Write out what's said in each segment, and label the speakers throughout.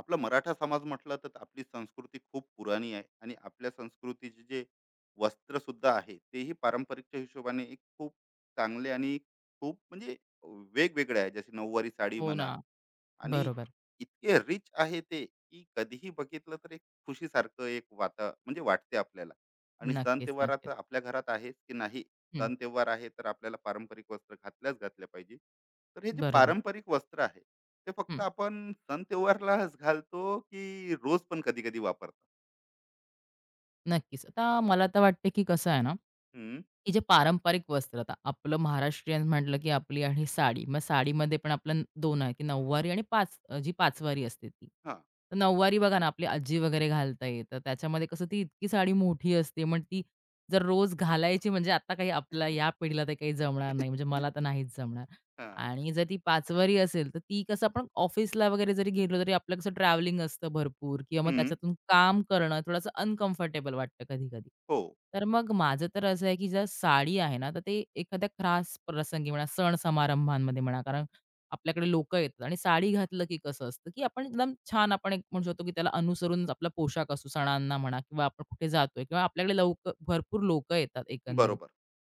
Speaker 1: आपला मराठा समाज म्हटलं तर आपली संस्कृती खूप पुराणी आहे, आणि आपल्या संस्कृतीचे जे वस्त्र सुद्धा आहे तेही पारंपरिकच्या हिशोबाने एक खूप चांगले आणि खूप म्हणजे वेगवेगळे आहे. जसे नऊवारी साडी
Speaker 2: हो ना.
Speaker 1: म्हणा. आणि
Speaker 2: बरोबर.
Speaker 1: इतके रिच आहे ते की कधीही बघितलं तर एक खुशीसारखं एक वाता म्हणजे वाटते आपल्याला. आणि सण
Speaker 2: नक्कीच,
Speaker 1: तेव्हार तर
Speaker 2: नक्कीच.
Speaker 1: आपल्या घरात आहेच की नाही.
Speaker 2: हं.
Speaker 1: सण त्योहार आहे तर आपल्याला पारंपरिक वस्त्र घातल्या पाहिजे. तर हे जे
Speaker 2: बरोबर.
Speaker 1: पारंपरिक वस्त्र आहे ते
Speaker 2: हं.
Speaker 1: फक्त आपण सण त्योहारलाच घालतो की रोज पण कधी कधी वापरतो.
Speaker 2: नक्कीच. आता मला तर वाटते, की कसं आहे ना,
Speaker 1: हम्म.
Speaker 2: की जे पारंपरिक वस्त्र आता आपलं महाराष्ट्रीयन म्हटलं, की आपली आहे साडी. मग साडीमध्ये पण आपलं 2 आहे, की नऊवारी आणि जी पाचवारी असते ती.
Speaker 1: हा.
Speaker 2: तर नऊवारी बघा ना, आपली आजी वगैरे घालते. तर त्याच्यामध्ये कसं ती इतकी साडी मोठी असते. मग ती जर रोज घालायची म्हणजे आता काही आपल्या या पिढीला तर काही जमणार नाही. म्हणजे मला तर नाहीच जमणार.
Speaker 1: हा.
Speaker 2: आणि जर ती पाचवारी असेल, तर ती कसं आपण ऑफिसला वगैरे जरी गेलो, तरी आपलं कसं ट्रॅव्हलिंग असतं भरपूर किंवा मग
Speaker 1: हम्म.
Speaker 2: त्याच्यातून काम करणं थोडंसं अनकम्फर्टेबल वाटतं कधी-कधी.
Speaker 1: हो.
Speaker 2: तर मग माझं तर असं आहे, की जर साडी आहे ना, तर ते एखाद्या खास प्रसंगी म्हणा, सण-समारंभांमध्ये म्हणा, कारण आपल्याकडे लोकं येतात आणि साडी घातलं की कसं असतं, की आपण एकदम छान आपण एक म्हणू शकतो, की त्याला अनुसरून आपला पोशाख असू सणांना म्हणा किंवा आपण कुठे जातोय किंवा आपल्याकडे लवकर भरपूर लोकं येतात एकंदरीत.
Speaker 1: बरोबर.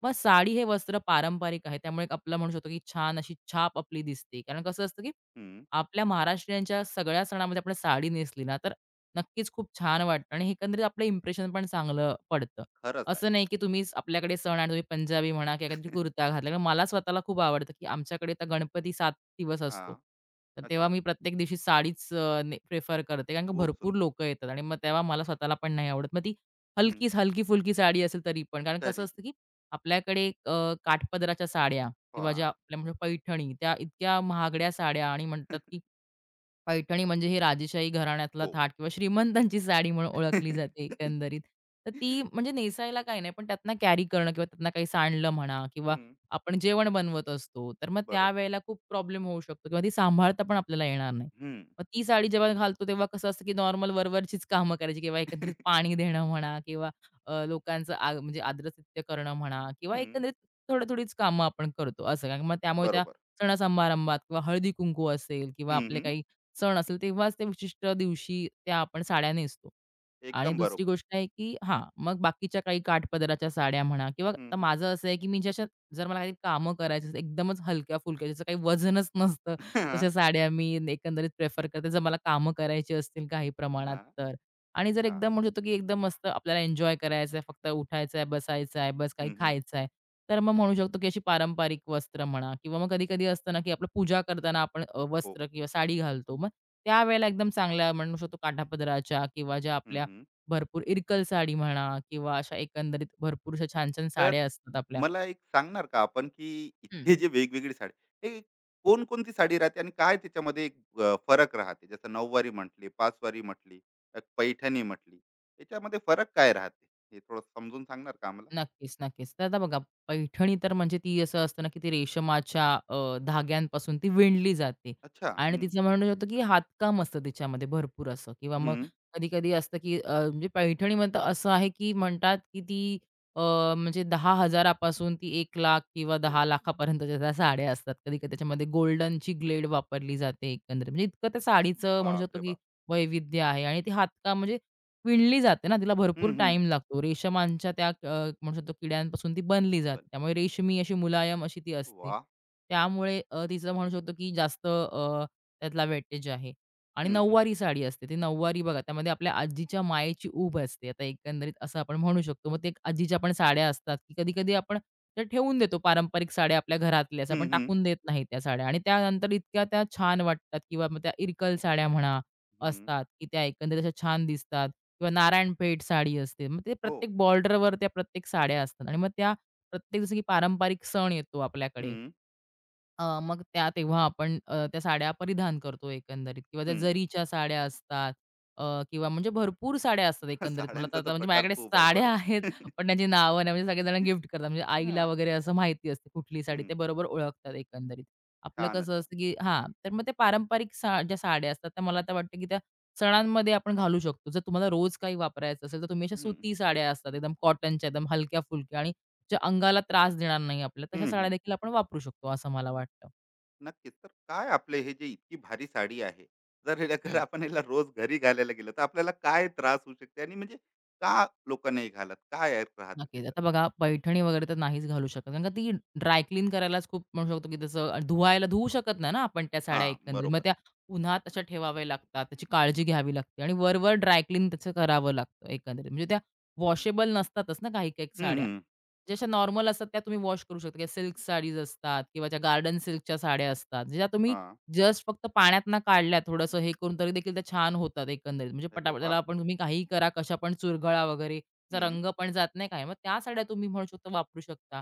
Speaker 2: मग साडी हे वस्त्र पारंपरिक आहे. त्यामुळे एक आपलं म्हणू शकतो, की छान अशी छाप आपली दिसते. कारण कसं असतं, की
Speaker 1: हम्म.
Speaker 2: आपल्या महाराष्ट्रीयांच्या सगळ्या सणामध्ये आपण साडी नेसली ना, तर नक्कीच खूप छान वाटतं आणि एकंदरीत आपलं इम्प्रेशन पण चांगलं पडतं.
Speaker 1: खरंच आहे.
Speaker 2: असं नाही, की तुम्हीच आपल्याकडे सण आणि तुम्ही पंजाबी म्हणा किंवा काहीतरी कुर्ता घातला. कारण मला स्वतःला खूप आवडतं, की आमच्याकडे तर गणपती 7 दिवस
Speaker 1: हा.
Speaker 2: असतो. तर तेव्हा
Speaker 1: अच्छा.
Speaker 2: मी प्रत्येक दिवशी साडीच करते. कारण का
Speaker 1: खूप
Speaker 2: भरपूर
Speaker 1: सुंदर.
Speaker 2: लोकं येतात आणि मग तेव्हा मला स्वतःला पण नाही आवडत. मग ती
Speaker 1: हम्म.
Speaker 2: हलकीच हलकी-फुलकी साडी असेल तरी पण. कारण कसं
Speaker 1: तरी.
Speaker 2: असतं, की आपल्याकडे काठपदराच्या साड्या किंवा ज्या
Speaker 1: हा.
Speaker 2: आपल्या म्हणजे पैठणी त्या इतक्या महागड्या साड्या आणि म्हणतात की पैठणी म्हणजे ही राजेशाही घराण्यातला
Speaker 1: हो.
Speaker 2: थाट किंवा श्रीमंतांची साडी म्हणून ओळखली जाते एकंदरीत. तर ती म्हणजे नेसायला काही नाही, पण त्यातनं कॅरी करणं किंवा त्यातनं काही सांडलं म्हणा किंवा
Speaker 1: हं.
Speaker 2: आपण जेवण बनवत असतो, तर मग
Speaker 1: बरोबर.
Speaker 2: त्यावेळेला खूप प्रॉब्लेम होऊ शकतो किंवा ती सांभाळता पण आपल्याला येणार नाही.
Speaker 1: हं.
Speaker 2: मग ती साडी जेव्हा घालतो तेव्हा कसं असतं, की नॉर्मल वरवरचीच कामं करायची किंवा एकंदरीत पाणी देणं म्हणा किंवा लोकांचं आ म्हणजे आदरातिथ्य करणं म्हणा किंवा
Speaker 1: हं.
Speaker 2: एकंदरीत थोडी-थोडीच कामं आपण करतो असं. कारण मग त्यामुळे त्या
Speaker 1: बरोबर.
Speaker 2: सण-समारंभात किंवा हळदी-कुंकू असेल किंवा
Speaker 1: हं,
Speaker 2: आपले
Speaker 1: हं.
Speaker 2: काही सण असेल तेव्हाच ते विशिष्ट दिवशी त्या आपण साड्या नेसतो. आणि
Speaker 1: एकदम
Speaker 2: दुसरी
Speaker 1: बरोबर.
Speaker 2: गोष्ट आहे, की हां, मग बाकीच्या काही काठपदराच्या साड्या म्हणा किंवा
Speaker 1: हं,
Speaker 2: आता
Speaker 1: हं.
Speaker 2: माझं असं आहे, की मी ज्याच्यात जर मला काही कामं करायची असेल, एकदमच हलक्या-फुलक्या ज्याचं काही वजनच नसतं, तशा
Speaker 1: हां,
Speaker 2: साड्या मी एकंदरीत प्रेफर करते. जर मला कामं करायची असतील काही प्रमाणात
Speaker 1: हां,
Speaker 2: तर. आणि जर
Speaker 1: हां.
Speaker 2: एकदम म्हणू शकतो, की एकदम मस्त आपल्याला एन्जॉय करायचं आहे, फक्त उठायचं आहे, बसायचं आहे, बस काही
Speaker 1: हं, हं.
Speaker 2: खायचं आहे. तर मग म्हणू शकतो, की अशी पारंपरिक वस्त्र म्हणा किंवा मग कधी-कधी असतं ना, की आपलं पूजा करताना आपण
Speaker 1: हो.
Speaker 2: वस्त्र किंवा साडी घालतो. मग त्यावेळेला एकदम चांगल्या म्हणू शकतो काठापदराच्या किंवा ज्या
Speaker 1: हं,
Speaker 2: आपल्या
Speaker 1: हं.
Speaker 2: भरपूर इरकल साडी म्हणा किंवा अशा एकंदरीत भरपूर अशा छान-छान
Speaker 1: तर
Speaker 2: साड्या असतात आपल्या.
Speaker 1: मला एक सांगणार का आपण, की
Speaker 2: हं.
Speaker 1: इतके जे वेगवेगळी साडी हे कोणकोणती साडी राहते आणि काय त्याच्यामध्ये एक अ, फरक राहते? जसं नऊवारी म्हटली, पाचवारी म्हटली, पैठणी म्हटली. याच्यामध्ये फरक काय राहते? हे थोडं समजून सांगणार का आम्हाला?
Speaker 2: नक्कीच, नक्कीच. तर आता बघा पैठणी तर म्हणजे ती असं असतं ना, की ती रेशमाच्या धाग्यांपासून ती विणली जाते
Speaker 1: अच्छा.
Speaker 2: आणि
Speaker 1: हं,
Speaker 2: तिचं म्हणणं होतं, की हातकाम असतं तिच्यामध्ये भरपूर असं किंवा मग
Speaker 1: हं.
Speaker 2: कधी-कधी असतं, की म्हणजे पैठणी म्हणतं असं आहे, की म्हणतात, की ती अ, म्हणजे 10,000 पासून ती 1,00,000 किंवा
Speaker 1: हो.
Speaker 2: 10,00,000 पर्यंतच्या त्या साड्या असतात. कधी-कधी त्याच्यामध्ये गोल्डनची ग्लेड वापरली जाते एकंदरीत. म्हणजे इतकं त्या साडीचं म्हणू शकतो,
Speaker 1: बापरे
Speaker 2: की
Speaker 1: बाप!
Speaker 2: वैविध्य आहे आणि ते हातकाम म्हणजे विणली जाते ना, तिला भरपूर
Speaker 1: हं, हं.
Speaker 2: टाईम लागतो. रेशमांच्या त्या म्हणू शकतो किड्यांपासून ती बनली जाते.
Speaker 1: बरं.
Speaker 2: त्यामुळे रेशमी अशी मुलायम अशी ती असते.
Speaker 1: वाह!
Speaker 2: त्यामुळे तिचं म्हणू शकतो की जास्त त्यातला वेटेज आहे. आणि
Speaker 1: हं, हं.
Speaker 2: नऊवारी साडी असते. ती नऊवारी बघा त्यामध्ये आपल्या आजीच्या मायेची ऊब असते. आता एकंदरीत असं आपण म्हणू शकतो. मग ते एक आजीच्या पण साड्या असतात, की कधी-कधी आपण त्या ठेवून देतो पारंपरिक साड्या आपल्या घरातल्याच.
Speaker 1: हं,
Speaker 2: आपण
Speaker 1: हं.
Speaker 2: टाकून देत नाही त्या साड्या आणि त्यानंतर इतक्या त्या छान वाटतात किंवा मग त्या इरकल साड्या म्हणा
Speaker 1: हं.
Speaker 2: असतात, की त्या एकंदरीत अशा छान दिसतात किंवा नारायणपेठ साडी असते. मग ते
Speaker 1: हो.
Speaker 2: प्रत्येक बॉर्डरवर त्या प्रत्येक साड्या असतात आणि मग त्या प्रत्येक जसं की पारंपरिक सण येतो आपल्याकडे,
Speaker 1: हं,
Speaker 2: मग त्या तेव्हा आपण त्या साड्या परिधान करतो एकंदरीत किंवा त्या
Speaker 1: हं.
Speaker 2: जरीच्या साड्या असतात अ, किंवा म्हणजे भरपूर साड्या असतात एकंदरीत. मला तर
Speaker 1: साड्यांचा तर
Speaker 2: आता म्हणजे
Speaker 1: प्रकार
Speaker 2: माझ्याकडे
Speaker 1: खूप आहे.
Speaker 2: साड्या
Speaker 1: बरोबर.
Speaker 2: आहेत, पण त्यांची नावं नाही. म्हणजे सगळेजण गिफ्ट करतात. म्हणजे आईला
Speaker 1: हां.
Speaker 2: वगैरे असं माहिती असते कुठली साडी
Speaker 1: हं,
Speaker 2: ते
Speaker 1: हं.
Speaker 2: बरोबर ओळखतात एकंदरीत. आपलं
Speaker 1: छानच,
Speaker 2: कसं
Speaker 1: छान.
Speaker 2: असतं की हां, तर मग ते पारंपरिक सा ज्या साड्या असतात त्या मला तर वाटतं की त्या सणांमध्ये आपण घालू शकतो. जर तुम्हाला रोज काही वापरायचं असेल, तर तुम्ही अशा
Speaker 1: हं,
Speaker 2: सुती साड्या असतात एकदम कॉटनच्या, एकदम हलक्या-फुलक्या आणि जे अंगाला त्रास देणार नाही आपल्या, तशा
Speaker 1: हं,
Speaker 2: साड्या
Speaker 1: हं.
Speaker 2: देखील आपण वापरू शकतो असं मला वाटतं.
Speaker 1: नक्कीच. तर काय आपले हे जे इतकी भारी साडी आहे, जर हिला जर आपण हिला रोज घरी घालायला गेलो, तर आपल्याला काय त्रास होऊ शकते आणि म्हणजे का लोक नाही घालत? काय आहे राहते
Speaker 2: नक्कीच.
Speaker 1: तिथं?
Speaker 2: आता बघा पैठणी वगैरे तर नाहीच घालू शकत. कारण का ती ड्राय क्लीन करायलाच खूप म्हणू शकतो, की त्याचं धुवायला धुवू शकत नाही ना आपण त्या साड्या
Speaker 1: हां,
Speaker 2: एकंदरीत. मग
Speaker 1: बरोबर.
Speaker 2: त्या उन्हात अशा ठेवाव्या लागतात. त्याची काळजी घ्यावी लागते आणि वरवर ड्राय क्लीन त्याचं करावं लागतं एकंदरीत. म्हणजे त्या वॉशेबल नसतातच ना काही-काही
Speaker 1: हं,
Speaker 2: साड्या.
Speaker 1: हं.
Speaker 2: जशा नॉर्मल असतात त्या तुम्ही वॉश करू शकता. किंवा सिल्क साडीज असतात किंवा ज्या गार्डन सिल्कच्या साड्या असतात. ज्या तुम्ही
Speaker 1: हां.
Speaker 2: जस्ट फक्त पाण्यातनं काढल्या थोडंसं हे करून तरी देखील त्या छान होतात एकंदरीत. म्हणजे
Speaker 1: अरे
Speaker 2: पटापट
Speaker 1: वाह!
Speaker 2: त्याला आपण तुम्ही काहीही करा, कशा पण चुरगळा वगैरे त्याचा
Speaker 1: हं,
Speaker 2: रंग पण जात नाही काय. मग त्या साड्या तुम्ही म्हणू शकता वापरू शकता.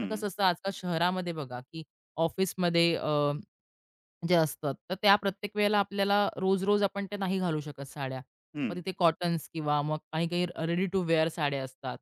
Speaker 2: पण कसं असतं आजकाल शहरामध्ये बघा, की ऑफिसमध्ये जे असतात. तर त्या प्रत्येक वेळेला आपल्याला रोज-रोज आपण त्या नाही घालू शकत साड्या.
Speaker 1: हं.
Speaker 2: मग तिथे कॉटन्स किंवा मग काही-काही रेडी टू वेअर साड्या असतात.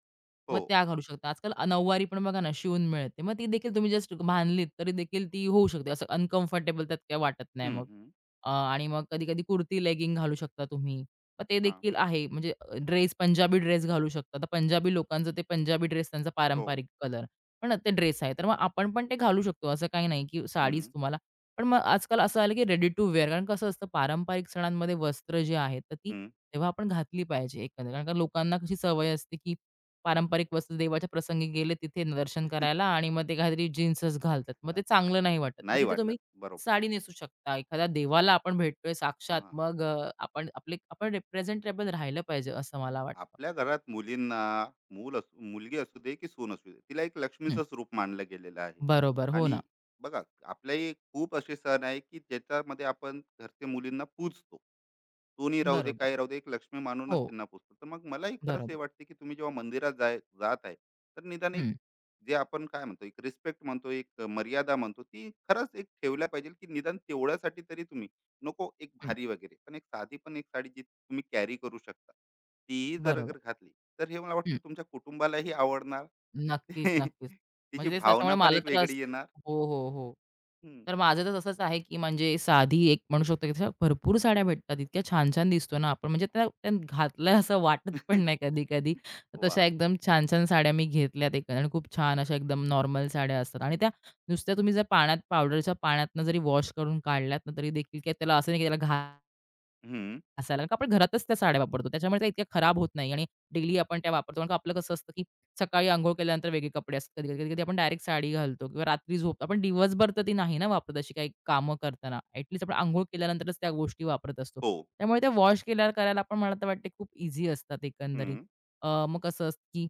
Speaker 2: मग
Speaker 1: हो.
Speaker 2: त्या घालू शकता. आजकाल नऊवारी पण बघा ना शिवून मिळते. मग ती देखील तुम्ही जस्ट बांधलीत तरी देखील ती होऊ शकते. असं अनकम्फर्टेबल त्यात काही वाटत नाही
Speaker 1: हं,
Speaker 2: मग.
Speaker 1: हं.
Speaker 2: आणि मग कधी-कधी कुर्ती लेगिंग घालू शकता तुम्ही. मग ते
Speaker 1: हां.
Speaker 2: देखील आहे. म्हणजे ड्रेस पंजाबी ड्रेस घालू शकता. तर पंजाबी लोकांचं ते पंजाबी ड्रेस त्यांचा
Speaker 1: हो.
Speaker 2: पारंपरिक कलर. पण ते ड्रेस आहे. तर मग आपण पण ते घालू शकतो. असं काही नाही की
Speaker 1: हं,
Speaker 2: साडीच तुम्हाला पण मग आजकाल असं आलं की रेडी टू वेअर कारण कसं असतं पारंपरिक सणांमध्ये वस्त्र जे आहेत तर ती
Speaker 1: हं.
Speaker 2: तेव्हा आपण घातली पाहिजे एकंदरीत. कारण का लोकांना कशी सवय असते की पारंपरिक वस्त्र देवाच्या प्रसंगी गेले तिथे दर्शन करायला आणि मग ते काहीतरी जीन्सच घालतात. मग ते चांगलं नाही वाटत. मग
Speaker 1: नाही
Speaker 2: तिथे तुम्ही
Speaker 1: वाटत. बरोबर.
Speaker 2: साडी नेसू शकता. एखाद्या देवाला आपण भेटतोय साक्षात
Speaker 1: हां.
Speaker 2: मग आपण आपले रिप्रेझेंटेबल राहिलं पाहिजे असं मला वाटतं.
Speaker 1: आपल्या घरात मुलींना, मूल असू मुलगी असू दे की सून असू दे, तिला एक
Speaker 2: हं.
Speaker 1: लक्ष्मीचंच रूप मानलं गेलेलं आहे.
Speaker 2: बरोबर. हो
Speaker 1: आणि
Speaker 2: ना.
Speaker 1: बघा, आपल्याही खूप असे सण आहे की ज्याच्यामध्ये आपण घरचे मुलींना पूजतो. सोनी राहू दे
Speaker 2: बरोबर.
Speaker 1: काय राहू दे, एक लक्ष्मी मानूनच
Speaker 2: हो.
Speaker 1: त्यांना पूजतो. तर मग मलाही खरंच हे
Speaker 2: बरोबर.
Speaker 1: वाटते की तुम्ही जेव्हा मंदिरात जात आहे, तर निदान एक
Speaker 2: हं,
Speaker 1: जे आपण काय म्हणतो, एक रिस्पेक्ट म्हणतो, एक मर्यादा म्हणतो, ती खरंच एक ठेवल्या पाहिजे. की निदान तेवढ्यासाठी तरी तुम्ही, नको एक
Speaker 2: हं.
Speaker 1: भारी वगैरे, पण एक साधी पण एक साडी जी तुम्ही कॅरी करू शकता ती जर
Speaker 2: बरोबर.
Speaker 1: अगर घातली, तर हे मला वाटतं तुमच्या कुटुंबालाही आवडणार.
Speaker 2: नक्कीच, नक्कीच.
Speaker 1: तिची
Speaker 2: म्हणजे तेच
Speaker 1: भावना
Speaker 2: त्याच्यामुळे
Speaker 1: पण
Speaker 2: मला
Speaker 1: एक
Speaker 2: तर असं
Speaker 1: वेगळी येणार.
Speaker 2: हो, हो, हो.
Speaker 1: हं.
Speaker 2: तर माझं तर तसंच आहे, की म्हणजे साधी एक म्हणू शकतो, की तशा भरपूर साड्या भेटतात. इतक्या छान-छान दिसतो ना आपण म्हणजे त्या त्या घातल्या असं वाटत पण नाही कधी-कधी. तर तशा
Speaker 1: वाह!
Speaker 2: एकदम छान-छान साड्या मी घेतल्यात एक आणि खूप छान अशा एकदम नॉर्मल साड्या असतात आणि त्या नुसत्या तुम्ही जर पाण्यात पावडरच्या पाण्यातनं जरी वॉश करून काढल्यात ना, तरी देखील काही त्याला असं नाही, की त्याला घाण
Speaker 1: हं.
Speaker 2: असायला. कारण का आपण घरातच त्या साड्या वापरतो. त्याच्यामुळे त्या इतक्या खराब होत नाही आणि डेली आपण त्या वापरतो. कारण का आपलं कसं असतं, की सकाळी अंघोळ केल्यानंतर वेगळे कपडे असतात. कधी कधी आपण डायरेक्ट साडी घालतो किंवा रात्री झोप आपण दिवसभर तर ती नाही ना वापरत अशी काही कामं करताना. ॲटलीस्ट आपण अंघोळ केल्यानंतरच त्या गोष्टी वापरत असतो.
Speaker 1: हो.
Speaker 2: त्यामुळे त्या वॉश केल्यावर करायला आपण मला तर वाटते खूप ईझी असतात एकंदरीत.
Speaker 1: हं.
Speaker 2: मग कसं असतं, की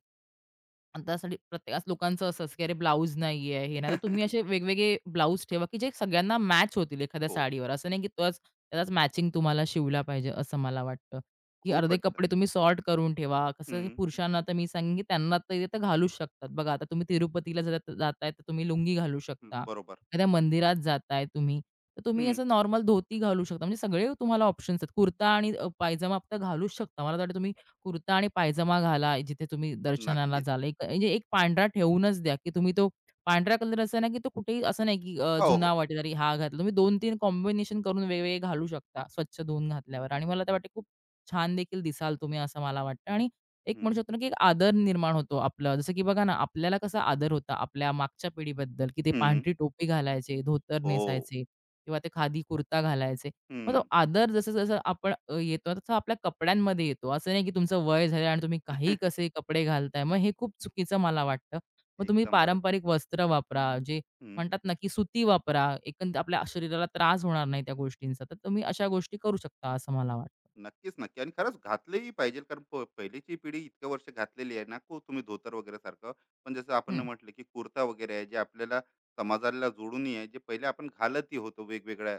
Speaker 2: आणि त्यासाठी प्रत्येकाच लोकांचं असं असतं, की अरे ब्लाउज नाही आहे, हे नाही. तर तुम्ही असे वेगवेगळे ब्लाउज ठेवा, की जे सगळ्यांना मॅच होतील एखाद्या
Speaker 1: हो.
Speaker 2: साडीवर. असं नाही, की तोच त्याचाच मॅचिंग तुम्हाला शिवला पाहिजे, असं मला वाटतं. की अर्धे
Speaker 1: खूपच अच्छा.
Speaker 2: कपडे तुम्ही सॉर्ट करून ठेवा. कसं की
Speaker 1: हं.
Speaker 2: पुरुषांना तर मी सांगेन, की त्यांना तर ते घालूच शकतात. बघा आता तुम्ही तिरुपतीला जाताय, तर तुम्ही लुंगी घालू
Speaker 1: हं.
Speaker 2: शकता.
Speaker 1: बरोबर.
Speaker 2: एखाद्या मंदिरात जाताय तुम्ही, तर तुम्ही
Speaker 1: हं.
Speaker 2: असं नॉर्मल धोती घालू शकता. म्हणजे सगळे तुम्हाला ऑप्शन्स आहेत. कुर्ता आणि पायजामा तर घालूच शकता. मला तर वाटतं तुम्ही कुर्ता आणि पायजामा घाला जिथे तुम्ही दर्शनाला
Speaker 1: नक्कीच.
Speaker 2: जाल. एक म्हणजे एक पांढरा ठेवूनच द्या, की तुम्ही तो पांढरा कलर असा ना, की तो कुठेही असं नाही, की
Speaker 1: हो,
Speaker 2: जुना
Speaker 1: हो.
Speaker 2: वाटेल अरे हा घातला. तुम्ही 2-3 कॉम्बिनेशन करून वेगवेगळे घालू शकता स्वच्छ धुवून घातल्यावर आणि मला तर वाटते खूप छान देखील दिसाल तुम्ही असं मला वाटतं आणि एक म्हणू
Speaker 1: हं.
Speaker 2: शकतो ना, की एक आदर निर्माण होतो आपला. जसं की बघा ना, आपल्याला कसा आदर होता आपल्या मागच्या पिढीबद्दल, की ते
Speaker 1: हं.
Speaker 2: पांढरी टोपी घालायचे, धोतर
Speaker 1: हो.
Speaker 2: नेसायचे किंवा ते खादी कुर्ता घालायचे. मग तो
Speaker 1: हं.
Speaker 2: आदर जसं-जसं आपण येतो तसा आपल्या कपड्यांमध्ये येतो. असं नाही की तुमचं वय झालं आणि तुम्ही काही कसे कपडे घालताय. मग हे खूप चुकीचं मला वाटतं. मग तुम्ही
Speaker 1: एकदम बरोबर.
Speaker 2: पारंपरिक वस्त्र वापरा. जे
Speaker 1: हं.
Speaker 2: म्हणतात ना की सुती वापरा. आपल्या शरीराला त्रास होणार नाही त्या गोष्टींचा. तर तुम्ही अशा गोष्टी करू शकता असं मला वाटतं.
Speaker 1: नक्कीच, नक्की. आणि खरंच घातलेही पाहिजे, कारण पहिलीची पिढी इतक्या वर्ष घातलेली आहे ना, खूप तुम्ही धोतर वगैरे सारखं. पण जसं आपण
Speaker 2: हं,
Speaker 1: म्हटलं, की कुर्ता वगैरे आहे, जे आपल्याला समाजाला जोडूनही आहे, जे पहिले आपण घालतही होतो वेगवेगळ्या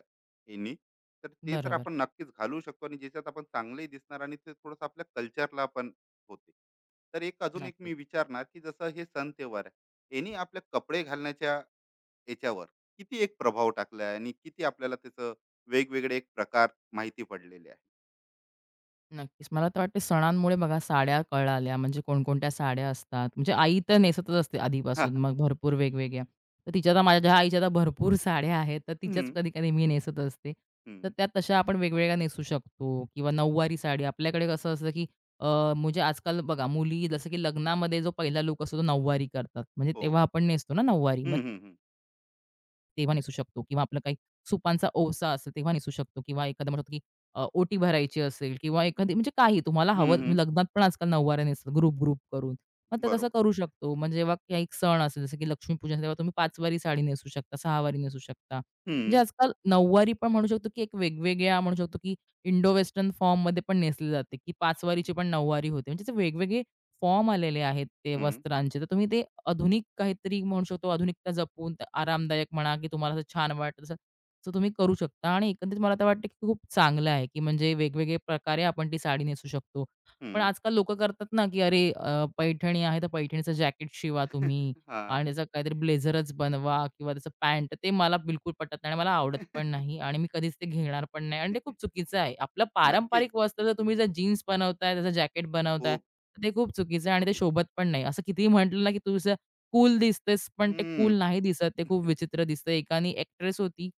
Speaker 1: ह्यांनी. तर ते तर
Speaker 2: बरोबर.
Speaker 1: आपण नक्कीच घालू शकतो, आणि ज्याच्यात आपण चांगलेही दिसणार आणि ते थोडंसं आपल्या कल्चरला पण होते. तर एक अजून एक
Speaker 2: नक्कीच.
Speaker 1: मी विचारणार, की जसं हे सण त्योहार आहे, यानी आपल्या कपडे घालण्याच्या याच्यावर किती एक प्रभाव टाकला आहे, आणि किती आपल्याला त्याचं वेगवेगळे एक प्रकार माहिती पडलेले आहे?
Speaker 2: नक्कीच. मला तर वाटते सणांमुळे बघा साड्या कळाल्या, म्हणजे कोणकोणत्या साड्या असतात. म्हणजे आई तर नेसतच असते आधीपासून, मग भरपूर वेगवेगळ्या. तर माझ्या आईच्या तर भरपूर साड्या आहेत, तर
Speaker 1: हं,
Speaker 2: तिच्याच कधी-कधी मी नेसत असते. तर
Speaker 1: हं.
Speaker 2: त्या तशा आपण वेगवेगळ्या नेसू शकतो किंवा नऊवारी साडी. आपल्याकडे कसं असतं, की अ, म्हणजे आजकाल बघा मुली जसं की लग्नामध्ये जो पहिला लूक असतो तो नऊवारी करतात. म्हणजे
Speaker 1: हो.
Speaker 2: तेव्हा आपण नेसतो ना नऊवारी. मग
Speaker 1: हं, हं, हं.
Speaker 2: तेव्हा निसू शकतो किंवा आपलं काही सुपांचा ओवसा असेल तेव्हा निसू शकतो किंवा एखादं म्हणतो की ओटी भरायची असेल किंवा एखादी म्हणजे काही तुम्हाला
Speaker 1: हं,
Speaker 2: हवं
Speaker 1: हं.
Speaker 2: लग्नात पण आजकाल नऊवाऱ्या नेसतात ग्रुप ग्रुप करून. मग ते तसं
Speaker 1: बरोबर.
Speaker 2: करू शकतो. म्हणजे जेव्हा काही एक सण असेल जसं की लक्ष्मीपूजन तेव्हा तुम्ही 5 साडी नेसू शकता, 6 नेसू शकता. म्हणजे
Speaker 1: हं,
Speaker 2: आजकाल नऊवारी पण म्हणू शकतो की एक वेगवेगळ्या म्हणू शकतो की इंडो वेस्टर्न फॉर्ममध्ये पण नेसली जाते की 5 वारीची पण नऊवारी होते. म्हणजे असे वेगवेगळे फॉर्म आलेले आहेत ते
Speaker 1: हं,
Speaker 2: वस्त्रांचे. तर तुम्ही ते आधुनिक काहीतरी म्हणू शकतो, आधुनिकता जपून आरामदायक म्हणा, की तुम्हाला असं छान वाटतं तसं तसं तुम्ही करू शकता आणि एकंदरीत मला तर वाटतं, की खूप चांगलं आहे, की म्हणजे वेगवेगळे प्रकारे आपण ती साडी नेसू शकतो. पण
Speaker 1: हं.
Speaker 2: आजकाल लोकं करतात ना, की अरे पैठणी आहे, तर पैठणीचं जॅकेट शिवा तुम्ही
Speaker 1: हां.
Speaker 2: आणि त्याचा काहीतरी ब्लेझरच बनवा किंवा त्याचं पॅन्ट. ते मला बिलकुल पटत नाही आणि मला आवडत पण नाही आणि मी कधीच ते घेणार पण नाही आणि ते खूप चुकीचं आहे. आपलं
Speaker 1: नक्कीच.
Speaker 2: पारंपरिक वस्त्र जर तुम्ही जीन्स बनवताय, त्याचं जॅकेट बनवताय,
Speaker 1: खूप
Speaker 2: तर ते खूप चुकीचं आहे आणि ते
Speaker 1: चुकीचं.
Speaker 2: शोभत पण नाही. असं कितीही म्हटलं ना, की तुझं कूल दिसतेस, पण ते कूल
Speaker 1: हं.
Speaker 2: नाही दिसत. ते खूप विचित्र दिसतंय. एकानी एक्ट्रेस होती,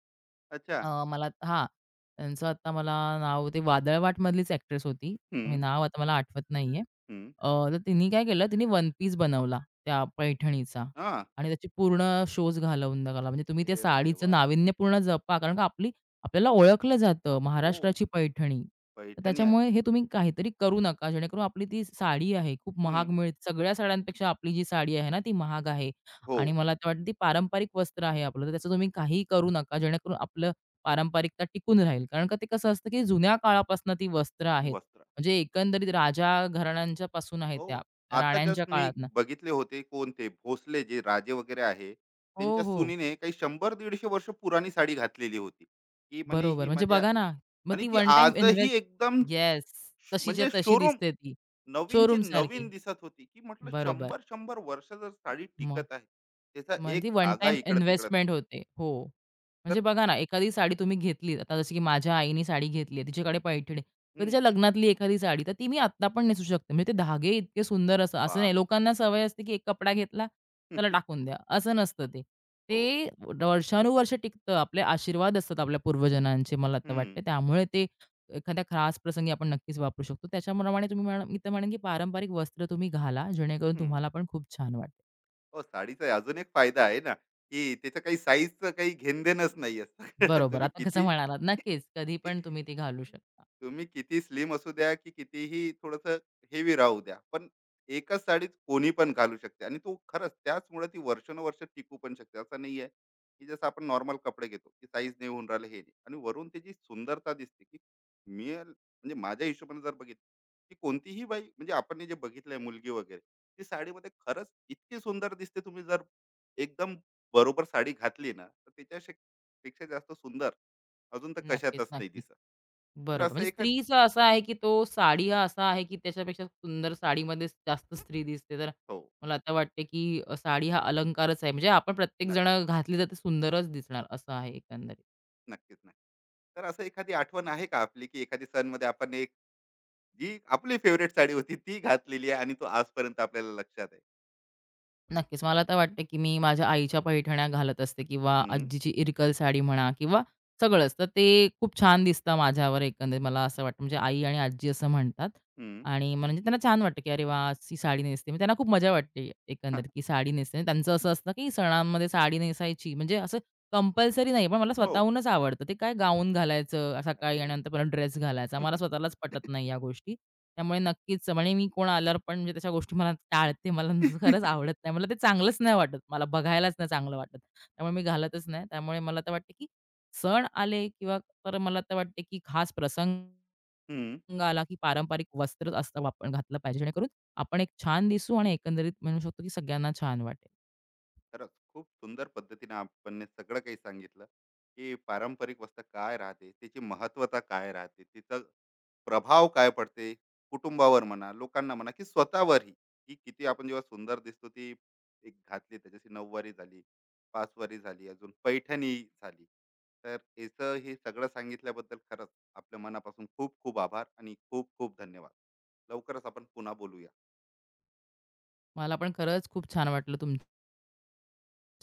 Speaker 1: अच्छा.
Speaker 2: अ, मला हां, त्यांचं आता मला नाव ते वादळवाटमधलीच ॲक्ट्रेस होती. मी
Speaker 1: हं,
Speaker 2: नाव आता मला आठवत नाही आहे.
Speaker 1: हं.
Speaker 2: तर तिने काय केलं, तिने वन पीस बनवला त्या पैठणीचा
Speaker 1: हां.
Speaker 2: आणि त्याची पूर्ण शोज घालवून टाकला. म्हणजे तुम्ही त्या
Speaker 1: हे
Speaker 2: साडीचं
Speaker 1: देवा!
Speaker 2: नाविन्यपूर्ण जपा. कारण का आपल्याला ओळखलं जातं
Speaker 1: हो.
Speaker 2: महाराष्ट्राची पैठणी. तर
Speaker 1: पैठणी आहे.
Speaker 2: त्याच्यामुळे हे तुम्ही काहीतरी करू नका. जेणेकरून आपली ती साडी आहे खूप महाग
Speaker 1: हं.
Speaker 2: मिळते. सगळ्या साड्यांपेक्षा आपली जी साडी आहे ना ती महाग आहे
Speaker 1: हो.
Speaker 2: आणि मला तर वाटतं ती पारंपरिक वस्त्र आहे आपलं. तर त्याचं तुम्ही काहीही करू नका. जेणेकरून आपलं पारंपरिकता टिकून राहील. कारण का ते कसं असतं, की जुन्या काळापासून ती वस्त्र आहेत.
Speaker 1: वस्त्र.
Speaker 2: म्हणजे एकंदरीत राजा घराण्यांच्या पासून आहेत
Speaker 1: हो.
Speaker 2: त्या,
Speaker 1: आता
Speaker 2: राण्यांच्या
Speaker 1: जस्ट मी
Speaker 2: काळातनं.
Speaker 1: बघितले होते, कोणते भोसले जे राजे वगैरे आहे,
Speaker 2: हो,
Speaker 1: त्यांच्या
Speaker 2: हो.
Speaker 1: सुनीने काही 100-150 वर्ष पुराणी साडी घातलेली होती. की म्हणे
Speaker 2: बरोबर.
Speaker 1: ही
Speaker 2: म्हणजे
Speaker 1: माझ्या.
Speaker 2: बघा ना, मग
Speaker 1: आणि
Speaker 2: ती
Speaker 1: ती
Speaker 2: वन टाईम
Speaker 1: आजही
Speaker 2: इन्व्हेस्ट
Speaker 1: एकदम
Speaker 2: येस.
Speaker 1: श-
Speaker 2: तशीच्या
Speaker 1: म्हणजे
Speaker 2: तशी
Speaker 1: शोरूम
Speaker 2: दिसते ती.
Speaker 1: नवीनची
Speaker 2: शोरूमसारखी.
Speaker 1: नवीन दिसत होती. की म्हटलं,
Speaker 2: बरोबर.
Speaker 1: 100-100 वर्ष जर साडी
Speaker 2: मग
Speaker 1: टिकत आहे, त्याचा
Speaker 2: मग
Speaker 1: एक
Speaker 2: ती वन
Speaker 1: धागा
Speaker 2: टाईम
Speaker 1: इकडं-तिकडं नाही.
Speaker 2: इन्व्हेस्टमेंट होते. हो. म्हणजे
Speaker 1: तर
Speaker 2: बघा ना, एखादी साडी तुम्ही घेतलीत, आता जसं की माझ्या आईने साडी घेतली आहे, तिच्याकडे पैठणी. तर
Speaker 1: हं.
Speaker 2: तिच्या लग्नातली एखादी साडी, तर ती मी आत्ता पण नेसू शकते. म्हणजे ते धागे इतके सुंदर असं असं नाही
Speaker 1: बापरे!
Speaker 2: लोकांना सवय असते, की एक कपडा घेतला, चला टाकून द्या, असं नसतं ते.
Speaker 1: हो.
Speaker 2: ते वर्षानुवर्ष टिकतं. आपले आशीर्वाद असतात आपल्या पूर्वजनांचे, मला आता
Speaker 1: हं,
Speaker 2: वाटतं. त्यामुळे ते एखाद्या खास प्रसंगी आपण नक्कीच वापरू शकतो. त्याच्याप्रमाणे तुम्ही म्हणा मी तर म्हणेन, की पारंपरिक वस्त्र तुम्ही घाला, जेणेकरून
Speaker 1: हं.
Speaker 2: तुम्हाला पण खूप छान वाटेल.
Speaker 1: हो, साडीचा अजून एक फायदा आहे ना, की त्याचं काही साईजचं काही घेणं-देणंच नाहीये.
Speaker 2: बरोबर.
Speaker 1: तुम्ही
Speaker 2: आता कसं
Speaker 1: किती,
Speaker 2: म्हणालात नक्कीच, कधी पण तुम्ही ती घालू शकता.
Speaker 1: तुम्ही किती स्लिम असू द्या की कितीही थोडंसं हेवी राहू द्या, पण एकच साडीच कोणी पण घालू शकते, आणि तो खरंच त्याचमुळे ती वर्षानुवर्ष टिकू पण शकते. असं नाही आहे की जसं आपण नॉर्मल कपडे घेतो की साईज नाही होऊन राहिले, हे नाही. आणि वरून त्याची सुंदरता दिसते की, मी अल- म्हणजे माझ्या हिशोबाने जर बघितलं की कोणतीही बाई, म्हणजे आपण हे जे बघितलंय मुलगी वगैरे, ती साडीमध्ये खरंच इतकी सुंदर दिसते. तुम्ही जर एकदम बरोबर साडी घातली ना, तर त्याच्या पेक्षा जास्त सुंदर अजून तर
Speaker 2: नक्कीच,
Speaker 1: कशातच नाही
Speaker 2: नक्कीच.
Speaker 1: दिसत. तर
Speaker 2: बरोबर.
Speaker 1: असं
Speaker 2: म्हणजे
Speaker 1: एखादी,
Speaker 2: स्त्रीचा असा आहे, की तो साडी हा असा आहे, की त्याच्यापेक्षा सुंदर साडीमध्येच जास्त स्त्री दिसते. तर
Speaker 1: हो,
Speaker 2: मला आता वाटते, की साडी हा अलंकारच आहे. म्हणजे आपण प्रत्येक
Speaker 1: नक्कीच,
Speaker 2: जण घातली तर सुंदरच दिसणार असं आहे एकंदरीत.
Speaker 1: नक्कीच, नक्कीच. तर असं एखादी आठवण आहे का आपली, की एखादी सणमध्ये आपण एक, जी आपली फेवरेट साडी होती ती घातलेली आहे आणि तो आजपर्यंत आपल्याला लक्षात आहे?
Speaker 2: नक्कीच. मला तर वाटतं, की मी माझ्या आईच्या पैठण्या घालत असते किंवा
Speaker 1: हं,
Speaker 2: आजीची इरकल साडी म्हणा किंवा सगळंच. तर ते खूप छान दिसतं माझ्यावर एकंदरीत मला असं वाटतं. म्हणजे आई आणि आजी असं म्हणतात
Speaker 1: हं.
Speaker 2: आणि मला म्हणजे त्यांना छान वाटतं, की "अरे वाह! ही साडी नेसते." मग त्यांना खूप मजा वाटते एकंदरीत, की साडी नेसते. आणि त्यांचं असं असतं, की सणांमध्ये साडी नेसायची म्हणजे असं कंपल्सरी नाही, पण मला
Speaker 1: हो.
Speaker 2: स्वतःहूनच आवडतं. ते काय गाऊन घालायचं सकाळी आणि
Speaker 1: अरे!
Speaker 2: नंतर परत ड्रेस घालायचा. मला स्वतःलाच पटत नाही या गोष्टी. त्यामुळे नक्कीच म्हणजे मी कोण आल्यावर पण म्हणजे तशा गोष्टी मला टाळते. मला खरंच आवडत नाही. मला ते चांगलंच नाही वाटत. मला बघायलाच नाही चांगलं वाटत. त्यामुळे मी घालतच नाही. त्यामुळे मला तर वाटतं की सण आले किंवा तर मला तर वाटते की खास प्रसंग
Speaker 1: हं.
Speaker 2: आला की पारंपरिक वस्त्रच असतं आपण घातलं पाहिजे. जेणेकरून आपण एक छान दिसू आणि एकंदरीत म्हणू शकतो की सगळ्यांना छान वाटेल.
Speaker 1: खरंच खूप सुंदर पद्धतीने आपण सगळं काही सांगितलं, की पारंपरिक वस्त्र काय राहते, त्याची महत्त्वता काय राहते, तिचं प्रभाव काय पडते कुटुंबावर म्हणा, लोकांना म्हणा, की स्वतःवरही, की किती आपण जेव्हा सुंदर दिसतो ती एक घातली, त्याच्याशी नऊवारी झाली, पाचवारी झाली, अजून पैठणी झाली. तर याचं हे सगळं सांगितल्याबद्दल खरंच, आपल्या मनापासून खूप खूप आभार आणि खूप खूप धन्यवाद. लवकरच आपण पुन्हा बोलूया.
Speaker 2: मला पण खरंच खूप छान वाटलं तुमच्याशी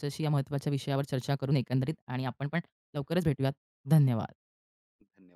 Speaker 2: तुमच्याशी या महत्त्वाच्या विषयावर चर्चा करून एकंदरीत आणि आपण पण लवकरच भेटूयात. धन्यवाद.
Speaker 1: धन्यवाद.